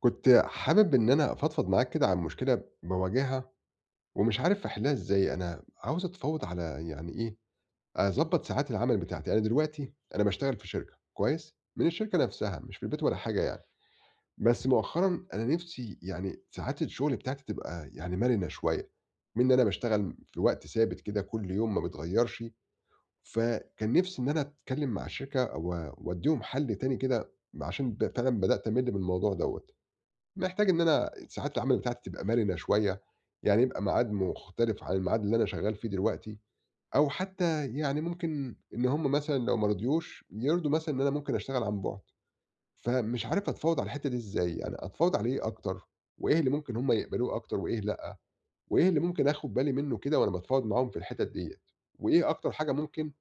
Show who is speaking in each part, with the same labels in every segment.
Speaker 1: كنت حابب إن أنا أفضفض معاك كده عن مشكلة باواجهها ومش عارف أحلها إزاي. أنا عاوز أتفاوض على يعني إيه، أضبّط ساعات العمل بتاعتي. أنا دلوقتي باشتغل في شركة كويس، من الشركة نفسها مش في البيت ولا حاجة يعني. بس مؤخرًا أنا نِفْسي يعني ساعات الشغل بتاعتي تبقى يعني مرنة شوية، بما إن أنا باشتغل في وقت ثابت كده كل يوم ما بيتغيّرش. فكان نِفْسي إن أنا أتكلّم مع الشركة وأدّيهم حَل تاني كده عشان فعلًا بدأت أمِل من الموضوع دوّة. محتاج إن أنا ساعات العمل بتاعتي تبقى مرنة شوية، يعني يبقى ميعاد مختلف عن الميعاد اللي أنا شغال فيه دلوقتي، أو حتى يعني ممكن إن هم مثلًا لو ما رضيوش يرضوا مثلًا إن أنا ممكن أشتغل عن بُعد. فمش عارف أتفاوض على الحتّة دي إزاي، يعني أتفاوض على إيه أكتر، وإيه اللي ممكن هم يقبلوه أكتر وإيه لأ، وإيه اللي ممكن آخد بالي منه كده وأنا باتفاوض معاهم في الحتت ديّة، وإيه أكتر حاجة ممكن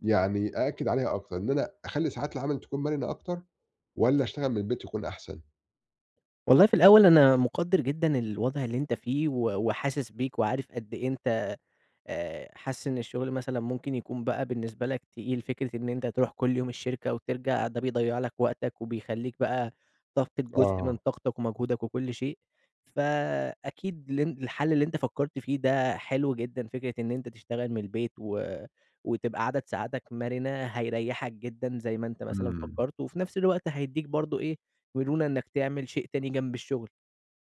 Speaker 1: يعني أأكد عليها أكتر، إن أنا أخلّي ساعات العمل تكون مرنة أكتر والّا أشتغل من البيت يكون أحسن؟
Speaker 2: والله في الأول أنا مقدّر جدًا الوضع اللي أنت فيه و وحاسس بيك وعارف قد إيه أنت، حاسس إن الشغل مثلًا ممكن يكون بقى بالنسبة لك تقيل. فكرة إن أنت تروح كل يوم الشركة وترجع ده بيضيّع لك وقتك، وبيخلّيك بقى تفقد جزء من
Speaker 1: آه،
Speaker 2: طاقتك ومجهودك وكل شيء. فأكيد الحل اللي أنت فكّرت فيه ده حلو جدًا. فكرة إن أنت تشتغل من البيت و وتبقى عدد ساعاتك مرنة هيريّحك جدًا زي ما أنت مثلًا
Speaker 1: إمم.
Speaker 2: فكّرت، وفي نفس الوقت هيدّيك برضه إيه، مرونة إنك تعمل شيء تاني جنب الشغل.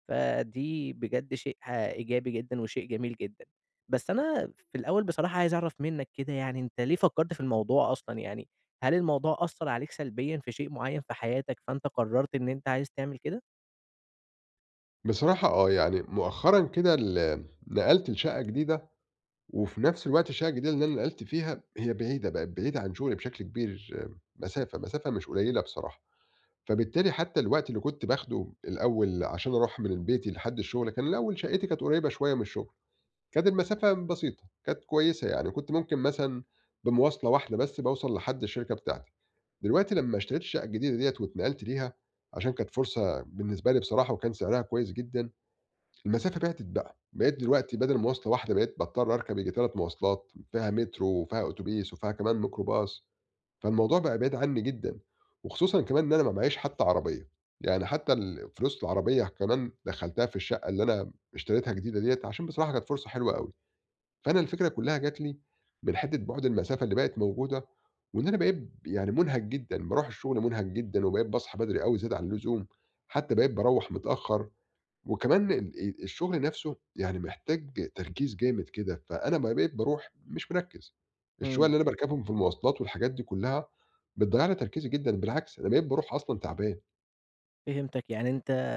Speaker 2: فدي بجد شيء إيجابي جدًا وشيء جميل جدًا. بس أنا في الأول بصراحة عايز أعرف منّك كده يعني أنت ليه فكّرت في الموضوع أصلًا يعني؟ هل الموضوع أثّر عليك سلبيًا في شيء معيّن في حياتك، فأنت قررت إن أنت عايز تعمل كده؟
Speaker 1: بصراحة آه، يعني مؤخرًا كده نقلت لشقة جديدة، وفي نفس الوقت الشقة الجديدة اللي أنا نقلت فيها هي بعيدة، بقت بعيدة عن شغلي بشكل كبير آه، مسافة، مسافة مش قليلة بصراحة. فبالتالي حتى الوقت اللي كنت باخده الأول عشان أروح من بيتي لحد الشغل، كان الأول شقتي كانت قريبة شوية من الشغل، كانت المسافة بسيطة، كانت كويسة يعني، كنت ممكن مثلًا بمواصلة واحدة بس باوصل لحد الشركة بتاعتي. دلوقتي لما اشتريت الشقة الجديدة ديّة واتنقلت ليها، عشان كانت فرصة بالنسبة لي بصراحة وكان سعرها كويس جدًا، المسافة بِعدِت بقى، بقيت دلوقتي بدل مواصلة واحدة بقيت باضطر أركب ييجي 3 مواصلات، فيها مترو وفيها أوتوبيس وفيها كمان ميكروباص. فالموضوع بقى بعيد عني جدًا، وخصوصًا كمان إن أنا ما معيّاش حتى عربية، يعني حتى ال فلوس العربية كمان دخّلتها في الشقة اللي أنا اشتريتها جديدة ديّة، عشان بصراحة كانت فرصة حلوة أوي. فأنا الفكرة كلّها جات لي من حتّة بُعد المسافة اللي بقت موجودة، وإن أنا بقيت يعني مُنهَك جدًا، باروح الشغل مُنهَك جدًا، وبقيت باصحى بدري أوي زيادة عن اللزوم، حتى بقيت باروّح متأخّر. وكمان ال الشغل نَفْسه يعني محتاج تركيز جامد كده، فأنا بقى بقيت باروح مش مركّز، الشوية
Speaker 2: إمم،
Speaker 1: اللي أنا باركبهم في المواصلات والحاجات دي كُلّها بتضيّع لي تركيزي جدًا، بالعكس أنا بقيت باروح أصلًا تعبان.
Speaker 2: فهمتك. يعني أنت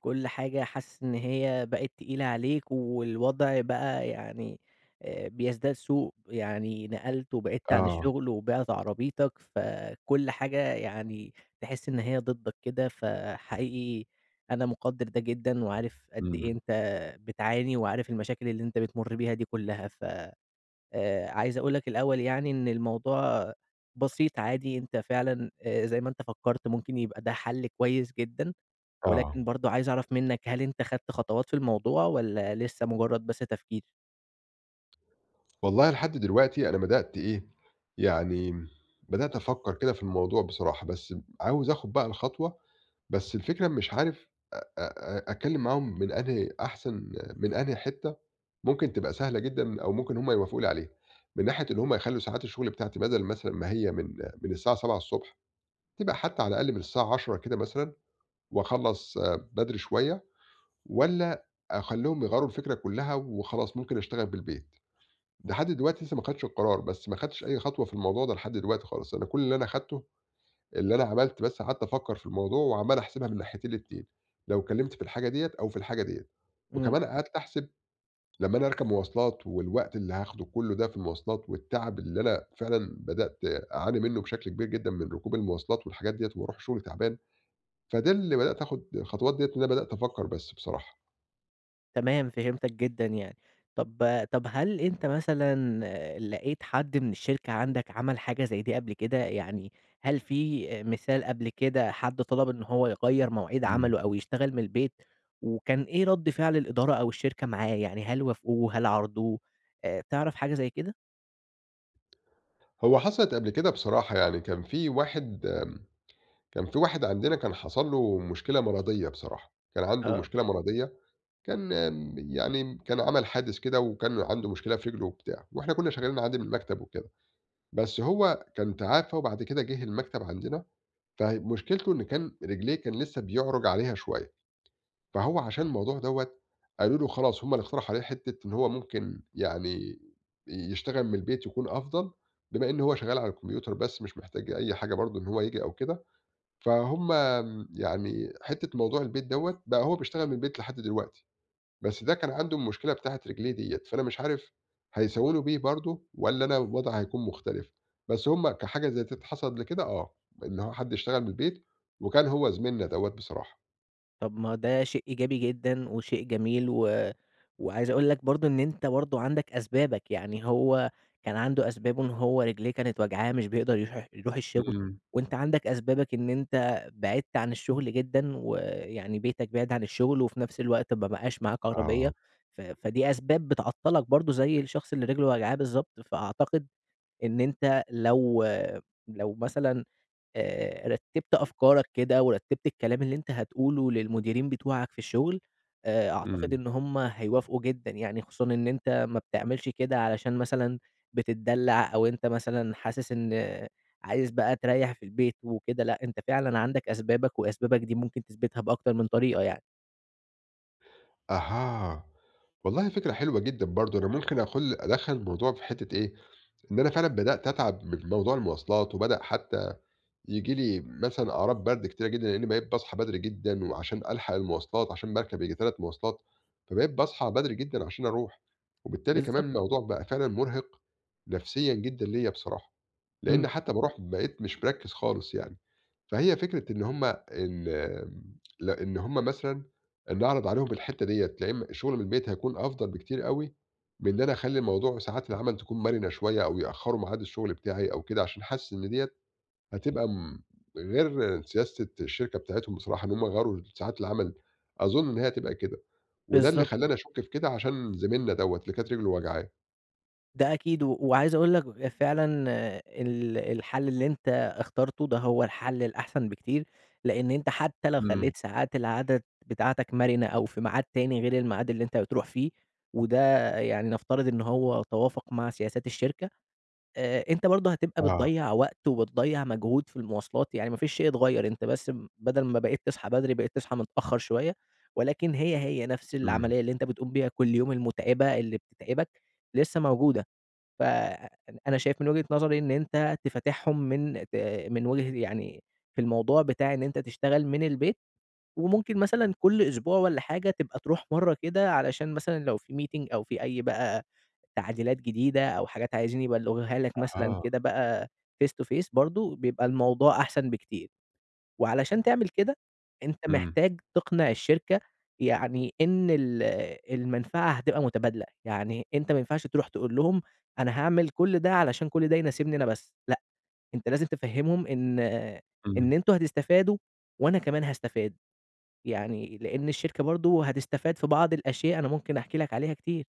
Speaker 2: كل حاجة حاسس إن هي بقت تقيلة عليك والوضع بقى يعني بيزداد سوء. يعني نقلت وبعدت عن
Speaker 1: آه،
Speaker 2: الشغل وبِعت عربيتك، فكل حاجة يعني تحس إن هي ضدك كده، فحقيقي أنا مُقدّر ده جدًا وعارف قد إيه
Speaker 1: إمم،
Speaker 2: أنت بتعاني وعارف المشاكل اللي أنت بتمُر بيها دي كلّها، ف عايز أقول لك الأول يعني إن الموضوع بسيط عادي. أنت فعلًا زي ما أنت فكّرت ممكن يبقى ده حل كويس جدًا،
Speaker 1: آه.
Speaker 2: ولكن برضه عايز أعرف منّك، هل أنت خدت خطوات في الموضوع والّا لسه مجرّد بس تفكير؟
Speaker 1: والله لحد دلوقتي أنا بدأت إيه، يعني بدأت أفكّر كده في الموضوع بصراحة، بس عاوز آخُد بقى الخطوة، بس الفكرة مش عارف أ أ أ أتكلّم معاهم من أنهي أحسن، من أنهي حتّة ممكن تبقى سهلة جدًا أو ممكن هم يوافقوا لي عليها، من ناحية إن هم يخلّوا ساعات الشُغل بتاعتي بَدَل مثلًا ما هي من الساعة 07:00 تبقى حتّى على الأقل من الساعة 10:00 كده مثلًا وأخلّص آه، بدري شوية، والّا أخلّيهم يغيّروا الفكرة كُلّها وخلاص ممكن أشتغل بالليل؟ لحد دلوقتي لسه ما خدتش القرار، بس ما خدتش أي خطوة في الموضوع ده لحد دلوقتي خالص، أنا كل اللي أنا خدته، اللي أنا عملت بس قعدت أفكّر في الموضوع وعمّال أحسبها من الناحيتين الاتنين، لو كلّمت في الحاجة ديّة أو في الحاجة ديّة،
Speaker 2: إمم.
Speaker 1: وكمان قعدت أحسب لمّا أنا أركب مواصلات والوقت اللي هاخده كلّه ده في المواصلات والتعب اللي أنا فعلًا بدأت أعاني منّه بشكل كبير جدًا من ركوب المواصلات والحاجات ديّة وباروح شغلي تعبان، فده اللي بدأت آخُد الخطوات ديّة إن أنا بدأت أفكّر بس بصراحة.
Speaker 2: تمام، فهمتك جدًا يعني. طب هل أنت مثلًا لقيت حد من الشركة عندك عمل حاجة زي دي قبل كده؟ يعني هل في مثال قبل كده حد طلب إن هو يغيّر مواعيد
Speaker 1: إمم.
Speaker 2: عمله أو يشتغل من البيت، وكان إيه رَد فعل الإدارة أو الشركة معاه؟ يعني هل وافقوه، هل عارضوه، تعرف حاجة زي كده؟
Speaker 1: هو حصلت قبل كده بصراحة، يعني كان في واحد عندنا كان حصل له مشكلة مرضية بصراحة، كان عنده
Speaker 2: اه.
Speaker 1: مشكلة مرضية، كان يعني كان عمل حادث كده وكان عنده مشكلة في رجله وبتاع، وإحنا كنا شغالين عادي من المكتب وكده، بس هو كان تعافى وبعد كده جه المكتب عندنا، فمشكلته إن كان رجليه كان لسه بيعرج عليها شوية، فهو عشان الموضوع دوّة قالوا له خلاص هم اللي اقترحوا عليه حتة إن هو ممكن يعني يشتغل من البيت يكون أفضل، بما إن هو شغال على الكمبيوتر بس مش محتاج أي حاجة برضه إن هو ييجي أو كده. فهُم يعني حتّة موضوع البيت دوّة بقى هو بيشتغل من البيت لحد دلوقتي، بس ده كان عنده المشكلة بتاعة رجليه ديّة، فأنا مش عارف هيساوونوا بيه برضه والّا أنا الوضع هيكون مختلف، بس هُم كحاجة زي ديّة حصلت قبل كده آه، إن هو حد اشتغل من البيت وكان هو زميلنا دوّة بصراحة.
Speaker 2: طب ما ده شيء إيجابي جدًا وشيء جميل. و وعايز أقول لك برضه إن أنت برضه عندك أسبابك. يعني هو كان عنده أسبابه إن هو رجليه كانت واجعاه مش بيقدر يروح الشغل،
Speaker 1: إمم،
Speaker 2: وأنت عندك أسبابك إن أنت بعدت عن الشغل جدًا، ويعني بيتك بعيد عن الشغل وفي نفس الوقت ما بقاش معاك عربية.
Speaker 1: آه.
Speaker 2: ف فدي أسباب بتعطّلك برضه زي الشخص اللي رجله واجعاه بالضبط. فأعتقد إن أنت لو مثلًا رتّبت أفكارك كده ورتّبت الكلام اللي أنت هتقوله للمديرين بتوعك في الشغل، أعتقد
Speaker 1: إمم.
Speaker 2: إن هُم هيوافقوا جدًا يعني، خصوصًا إن أنت ما بتعملش كده علشان مثلًا بتتدلّع أو أنت مثلًا حاسس إن عايز بقى تريّح في البيت وكده. لأ، أنت فعلًا عندك أسبابك وأسبابك دي ممكن تثبتها بأكتر من طريقة يعني.
Speaker 1: أها، والله فكرة حلوة جدًا برضه، أنا ممكن أدخّل الموضوع في حتّة إيه، إن أنا فعلًا بدأت أتعب من موضوع المواصلات وبدأ حتّى ييجي لي مثلًا أعراض برد كتيرة جدًا، لإني بقيت باصحى بدري جدًا وعشان ألحق المواصلات، عشان باركب ييجي 3 مواصلات، فبقيت باصحى بدري جدًا عشان أروح، وبالتالي كمان
Speaker 2: بالضبط.
Speaker 1: الموضوع بقى فعلًا مُرهق نفسيًا جدًا ليّا بصراحة، لإن
Speaker 2: إمم.
Speaker 1: حتى باروح بقيت مش مركّز خالص يعني. فهي فكرة إن هُم ال ل إن هُم مثلًا نعرض عليهم الحتّة ديّة، يا إما الشغل من البيت هيكون أفضل بكتير أوي من إن أنا أخلّي الموضوع ساعات العمل تكون مرنة شوية أو يأخّروا ميعاد الشغل بتاعي أو كده، عشان حاسس إن ديّة هتبقى غير سياسة الشركة بتاعتهم بصراحة، إن هُم غيّروا ساعات العمل، أظن إن هي هتبقى كده، وده اللي
Speaker 2: بالضبط.
Speaker 1: خلّاني أشُك في كده عشان زميلنا دوّة اللي كانت رجله واجعاه.
Speaker 2: ده أكيد. و وعايز أقول لك فعلًا الحل اللي أنت اخترته ده هو الحل الأحسن بكتير، لإن أنت حتى لو
Speaker 1: إمم،
Speaker 2: خلّيت ساعات العادة بتاعتك مرنة أو في ميعاد تاني غير الميعاد اللي أنت بتروح فيه، وده يعني نفترض إن هو توافق مع سياسات الشركة، أنت برضه هتبقى
Speaker 1: آه،
Speaker 2: بتضيّع وقت وبتضيّع مجهود في المواصلات، يعني ما فيش شيء اتغيّر، أنت بس بدل ما بقيت تصحى بدري بقيت تصحى متأخر شوية، ولكن هي، هي نفس
Speaker 1: إمم،
Speaker 2: العملية اللي أنت بتقوم بيها كل يوم المتعبة اللي بتتعبك لسه موجودة. فأنا شايف من وجهة نظري إن أنت تفتحهم من من وجهة يعني، في الموضوع بتاع إن أنت تشتغل من البيت. وممكن مثلًا كل أسبوع والّا حاجة تبقى تروح مرّة كده، علشان مثلًا لو في meeting أو في أي بقى تعديلات جديدة أو حاجات عايزين يبلّغوها لك مثلًا
Speaker 1: أها،
Speaker 2: كده بقى face to face، برضه بيبقى الموضوع أحسن بكتير. وعلشان تعمل كده، أنت
Speaker 1: إمم،
Speaker 2: محتاج تقنع الشركة يعني إن المنفعة هتبقى متبادلة. يعني أنت ما ينفعش تروح تقول لهم أنا هاعمل كل ده علشان كل ده يناسبني أنا بس. لأ، أنت لازم تفهمهم إن
Speaker 1: إمم.
Speaker 2: أنتم هتستفادوا وأنا كمان هاستفاد. يعني لأن الشركة برضه هتستفاد في بعض الأشياء أنا ممكن أحكي لك عليها كتير.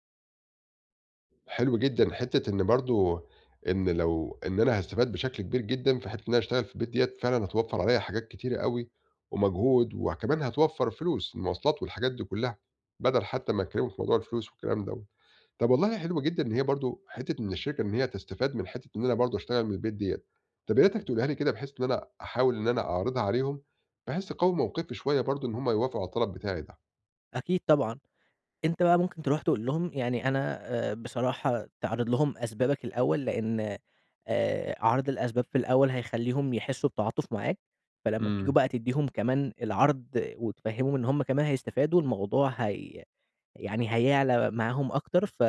Speaker 1: حلو جدًا، حتّة إن برضه إن لو إن أنا هاستفاد بشكل كبير جدًا في حتّة إن أنا أشتغل في البيت ديّة، فعلًا هتوفّر عليّا حاجات كتيرة أوي ومجهود، وكمان هتوفّر فلوس، المواصلات والحاجات دي كلّها، بدل حتّى ما أتكلّموا في موضوع الفلوس والكلام دوّة. طب والله حلو جدًا إن هي برضه حتّة من الشركة إن هي تستفاد من حتّة إن أنا برضه أشتغل من البيت ديّة، طب يا ريتك تقولها لي كده بحيث إن أنا أحاول إن أنا أعرضها عليهم، بحيث أقوي موقفي شوية برضه إن هُم يوافقوا على الطلب بتاعي ده.
Speaker 2: أكيد طبعًا. أنت بقى ممكن تروح تقول لهم يعني أنا بصراحة تعرض لهم أسبابك الأول، لإن عرض الأسباب في الأول هيخلّيهم يحسّوا بتعاطُف معاك. فلمّا تيجوا
Speaker 1: إمم،
Speaker 2: بقى تدّيهم كمان العرض وتفهّمهم إن هم كمان هيستفادوا، الموضوع هي يعني هيعلى معاهم أكتر، ف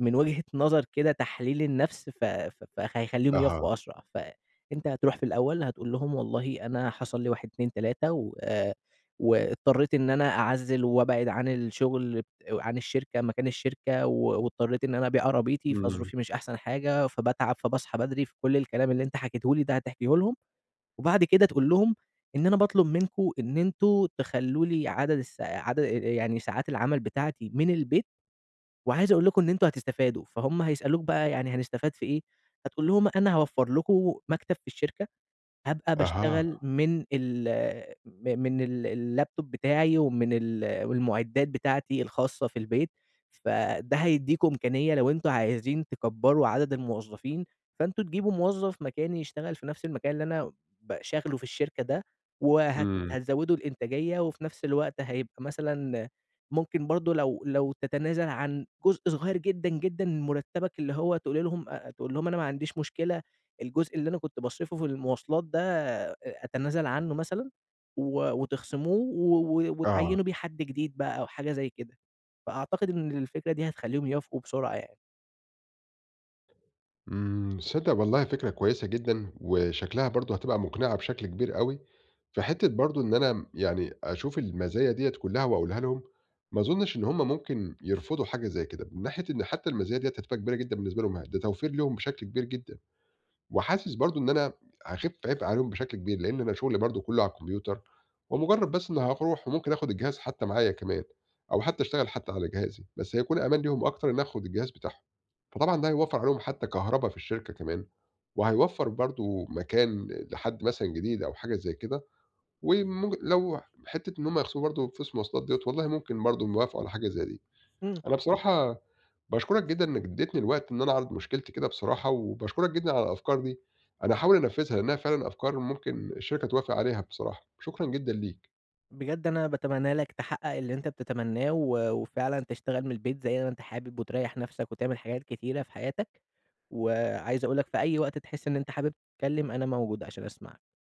Speaker 2: من وجهة نظر كده تحليل النفْس ف ف فهيخلّيهم
Speaker 1: أها،
Speaker 2: يوافقوا أسرع. فأنت هتروح في الأول هتقول لهم والله أنا حصل لي 1، 2، 3 و واضطريت إن أنا أعزّل وأبعد عن الشغل عن الشركة مكان الشركة، واضطريت إن أنا أبيع عربيتي،
Speaker 1: إمم،
Speaker 2: فظروفي مش أحسن حاجة، فباتعب، فباصحى بدري، فكل الكلام اللي أنت حكيته لي ده هتحكيه لهم. وبعد كده تقول لهم إن أنا باطلب منكم إن أنتم تخلّوا لي عدد يعني ساعات العمل بتاعتي من البيت. وعايز أقول لكم إن أنتم هتستفادوا. فهُم هيسألوك بقى يعني هنستفاد في إيه؟ هتقول لهم أنا هاوفّر لكم مكتب في الشركة. هابقى
Speaker 1: أها،
Speaker 2: باشتغل من الLaptop بتاعي ومن ال والمُعدّات بتاعتي الخاصة في البيت. فده هيدّيكم إمكانية لو أنتم عايزين تكبّروا عدد الموظّفين، فأنتم تجيبوا موظّف مكاني يشتغل في نفس المكان اللي أنا شاغله في الشركة ده. وهت
Speaker 1: إمم،
Speaker 2: هتزوّدوا الإنتاجية وفي نفس الوقت هيبقى مثلًا ممكن برضه لو تتنازل عن جزء صغير جدًا، جدًا من مُرتّبك اللي هو تقول لهم أنا ما عنديش مشكلة، الجزء اللي أنا كنت باصرفه في المواصلات ده أتنازل عنه مثلًا وتخصموه و و
Speaker 1: آه.
Speaker 2: وتعيّنوا بيه حد جديد بقى أو حاجة زي كده. فأعتقد إن الفكرة دي هتخلّيهم يوافقوا بسرعة يعني.
Speaker 1: إمم، تصدّق والله فكرة كويسة جدًا، وشكلها برضه هتبقى مقنعة بشكل كبير أوي، في حتّة برضه إن أنا يعني أشوف المزايا ديّة كلّها وأقولها لهم، ما أظنش إن هُم ممكن يرفضوا حاجة زي كده، من ناحية إن حتّى المزايا ديّة هتبقى كبيرة جدًا بالنسبة لهم، ده توفير ليهم بشكل كبير جدًا. وحاسس برضه إن أنا هاخِف عِبء عليهم بشكل كبير، لإن أنا شُغلي برضه كُلّه على الكمبيوتر، ومجرّد بس إني هاروح وممكن آخُد الجهاز حتى معايا كمان أو حتى أشتغل حتى على جهازي، بس هيكون أمان ليهم أكتر إنّي آخُد الجهاز بتاعهم. فطبعًا ده هيوفّر عليهم حتى كهربا في الشركة كمان، وهيوفّر برضه مكان لحد مثلًا جديد أو حاجة زي كده، ومم لو حتّة إن هم يخصموا برضه فلوس المواصلات ديّة، والله ممكن برضه نوافق على حاجة زي دي.
Speaker 2: إمم.
Speaker 1: أنا بصراحة باشكرك جدًا إنك اديتني الوقت إن أنا أعرض مشكلتي كده بصراحة، وباشكرك جدًا على الأفكار دي، أنا هاحاول أنفذها لأنها فعلًا أفكار ممكن الشركة توافق عليها بصراحة، شكرًا جدًا ليك.
Speaker 2: بجد أنا باتمنّى لك تحقق اللي أنت بتتمنّاه و وفعلًا تشتغل من البيت زي ما أنت حابب وتريّح نَفْسك وتعمل حاجات كتيرة في حياتك. وعايز أقول لك في أي وقت تحس إن أنت حابب تتكلّم، أنا موجود عشان أسمعك.